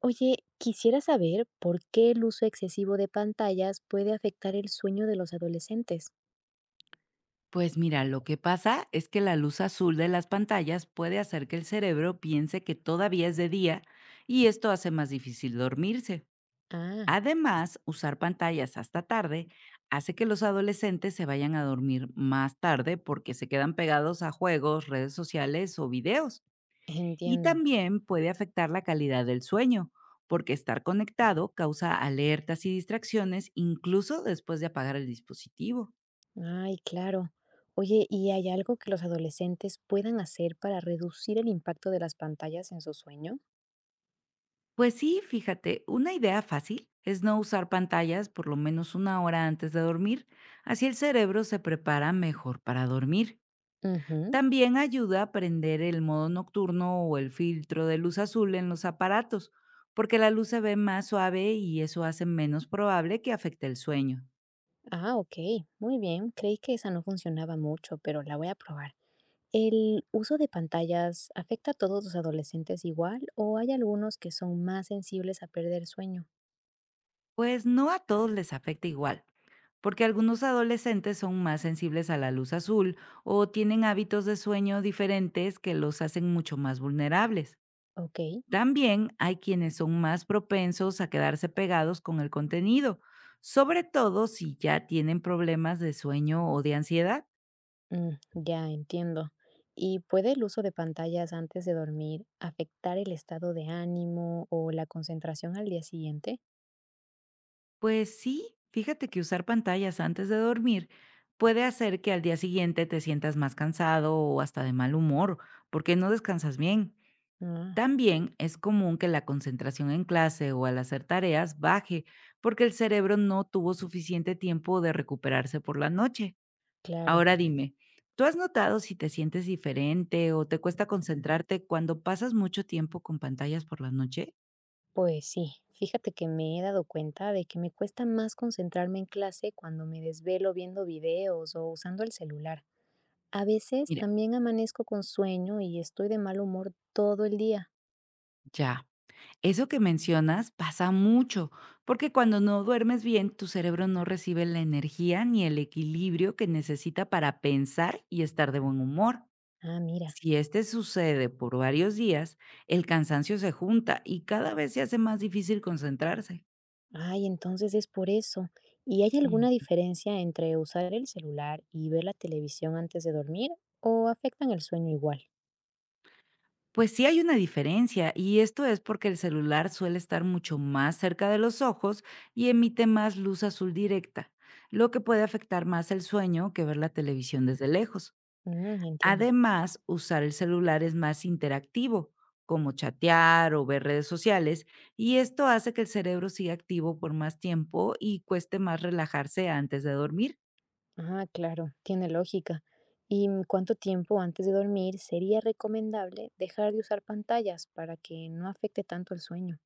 Oye, quisiera saber por qué el uso excesivo de pantallas puede afectar el sueño de los adolescentes. Pues mira, lo que pasa es que la luz azul de las pantallas puede hacer que el cerebro piense que todavía es de día y esto hace más difícil dormirse. Ah, Además, usar pantallas hasta tarde hace que los adolescentes se vayan a dormir más tarde porque se quedan pegados a juegos, redes sociales o videos. Y entiendo. también puede afectar la calidad del sueño, porque estar conectado causa alertas y distracciones incluso después de apagar el dispositivo. Ay, claro. Oye, ¿y hay algo que los adolescentes puedan hacer para reducir el impacto de las pantallas en su sueño? Pues sí, fíjate, una idea fácil es no usar pantallas por lo menos una hora antes de dormir, así el cerebro se prepara mejor para dormir. Ujú. También ayuda a prender el modo nocturno o el filtro de luz azul en los aparatos, porque la luz se ve más suave y eso hace menos probable que afecte el sueño. Ah, ok. Muy bien. Creí que esa no funcionaba mucho, pero la voy a probar. ¿El uso de pantallas afecta a todos los adolescentes igual o hay algunos que son más sensibles a perder sueño? Pues no a todos les afecta igual, porque algunos adolescentes son más sensibles a la luz azul o tienen hábitos de sueño diferentes que los hacen mucho más vulnerables. Ok. También hay quienes son más propensos a quedarse pegados con el contenido, sobre todo si ya tienen problemas de sueño o de ansiedad. Ya entiendo. ¿Y puede el uso de pantallas antes de dormir afectar el estado de ánimo o la concentración al día siguiente? Pues sí, fíjate que usar pantallas antes de dormir puede hacer que al día siguiente te sientas más cansado o hasta de mal humor, porque no descansas bien. Ah, También es común que la concentración en clase o al hacer tareas baje, porque el cerebro no tuvo suficiente tiempo de recuperarse por la noche. claro. Ahora dime, ¿tú has notado si te sientes diferente o te cuesta concentrarte cuando pasas mucho tiempo con pantallas por la noche? Pues sí, fíjate que me he dado cuenta de que me cuesta más concentrarme en clase cuando me desvelo viendo videos o usando el celular. A veces Mira, también amanezco con sueño y estoy de mal humor todo el día. ya. Eso que mencionas pasa mucho, porque cuando no duermes bien, tu cerebro no recibe la energía ni el equilibrio que necesita para pensar y estar de buen humor. Ah, mira. Si este sucede por varios días, el cansancio se junta y cada vez se hace más difícil concentrarse. Ay, entonces es por eso. ¿Y hay alguna diferencia entre usar el celular y ver la televisión antes de dormir o afectan el sueño igual? Pues sí hay una diferencia, y esto es porque el celular suele estar mucho más cerca de los ojos y emite más luz azul directa, lo que puede afectar más el sueño que ver la televisión desde lejos. Entiendo. Además, usar el celular es más interactivo, como chatear o ver redes sociales, y esto hace que el cerebro siga activo por más tiempo y cueste más relajarse antes de dormir. Ah, claro, tiene lógica. ¿Y cuánto tiempo antes de dormir sería recomendable dejar de usar pantallas para que no afecte tanto el sueño?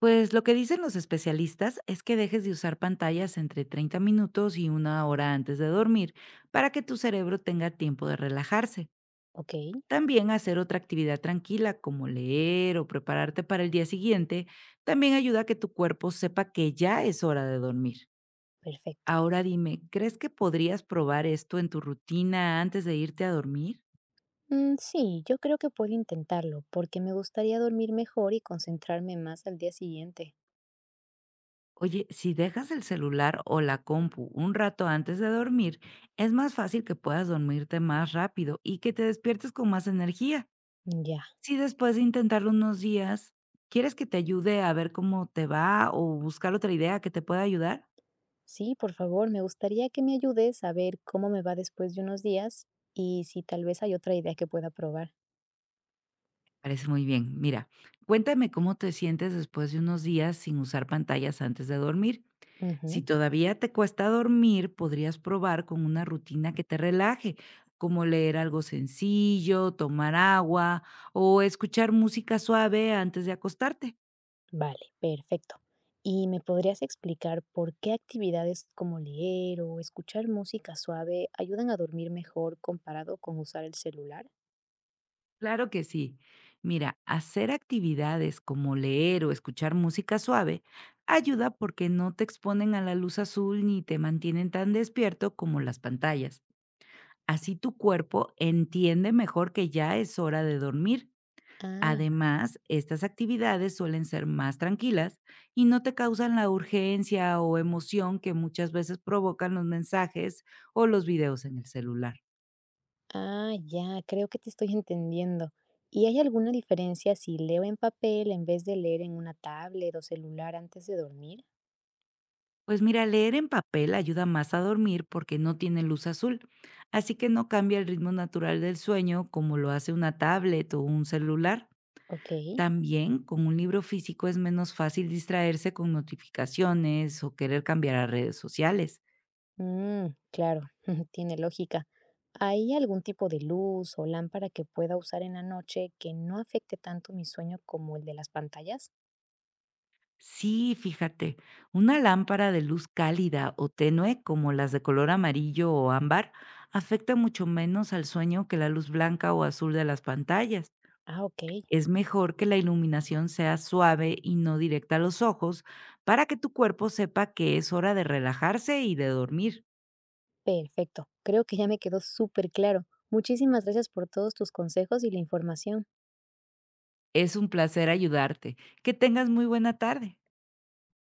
Pues lo que dicen los especialistas es que dejes de usar pantallas entre 30 minutos y una hora antes de dormir para que tu cerebro tenga tiempo de relajarse. Ok, También hacer otra actividad tranquila como leer o prepararte para el día siguiente también ayuda a que tu cuerpo sepa que ya es hora de dormir. perfecto. Ahora dime, ¿crees que podrías probar esto en tu rutina antes de irte a dormir? Sí, yo creo que puedo intentarlo porque me gustaría dormir mejor y concentrarme más al día siguiente. Oye, si dejas el celular o la compu un rato antes de dormir, es más fácil que puedas dormirte más rápido y que te despiertes con más energía. Ya. Si después de intentarlo unos días, ¿quieres que te ayude a ver cómo te va o buscar otra idea que te pueda ayudar? Sí, por favor, me gustaría que me ayudes a ver cómo me va después de unos días y si tal vez hay otra idea que pueda probar. Parece muy bien. Mira, cuéntame cómo te sientes después de unos días sin usar pantallas antes de dormir. Si Ujú, todavía te cuesta dormir, podrías probar con una rutina que te relaje, como leer algo sencillo, tomar agua o escuchar música suave antes de acostarte. vale, perfecto. ¿Y me podrías explicar por qué actividades como leer o escuchar música suave ayudan a dormir mejor comparado con usar el celular? Claro que sí. Mira, hacer actividades como leer o escuchar música suave ayuda porque no te exponen a la luz azul ni te mantienen tan despierto como las pantallas. Así tu cuerpo entiende mejor que ya es hora de dormir. Ah, Además, estas actividades suelen ser más tranquilas y no te causan la urgencia o emoción que muchas veces provocan los mensajes o los videos en el celular. Ya, creo que te estoy entendiendo. ¿Y hay alguna diferencia si leo en papel en vez de leer en una tablet o celular antes de dormir? Pues mira, leer en papel ayuda más a dormir porque no tiene luz azul, así que no cambia el ritmo natural del sueño como lo hace una tablet o un celular. Ok. También con un libro físico es menos fácil distraerse con notificaciones o querer cambiar a redes sociales. Claro, tiene lógica. ¿Hay algún tipo de luz o lámpara que pueda usar en la noche que no afecte tanto mi sueño como el de las pantallas? Sí, fíjate, una lámpara de luz cálida o tenue, como las de color amarillo o ámbar, afecta mucho menos al sueño que la luz blanca o azul de las pantallas. Ah, ok, Es mejor que la iluminación sea suave y no directa a los ojos para que tu cuerpo sepa que es hora de relajarse y de dormir. perfecto. Creo que ya me quedó súper claro. Muchísimas gracias por todos tus consejos y la información. Es un placer ayudarte. Que tengas muy buena tarde.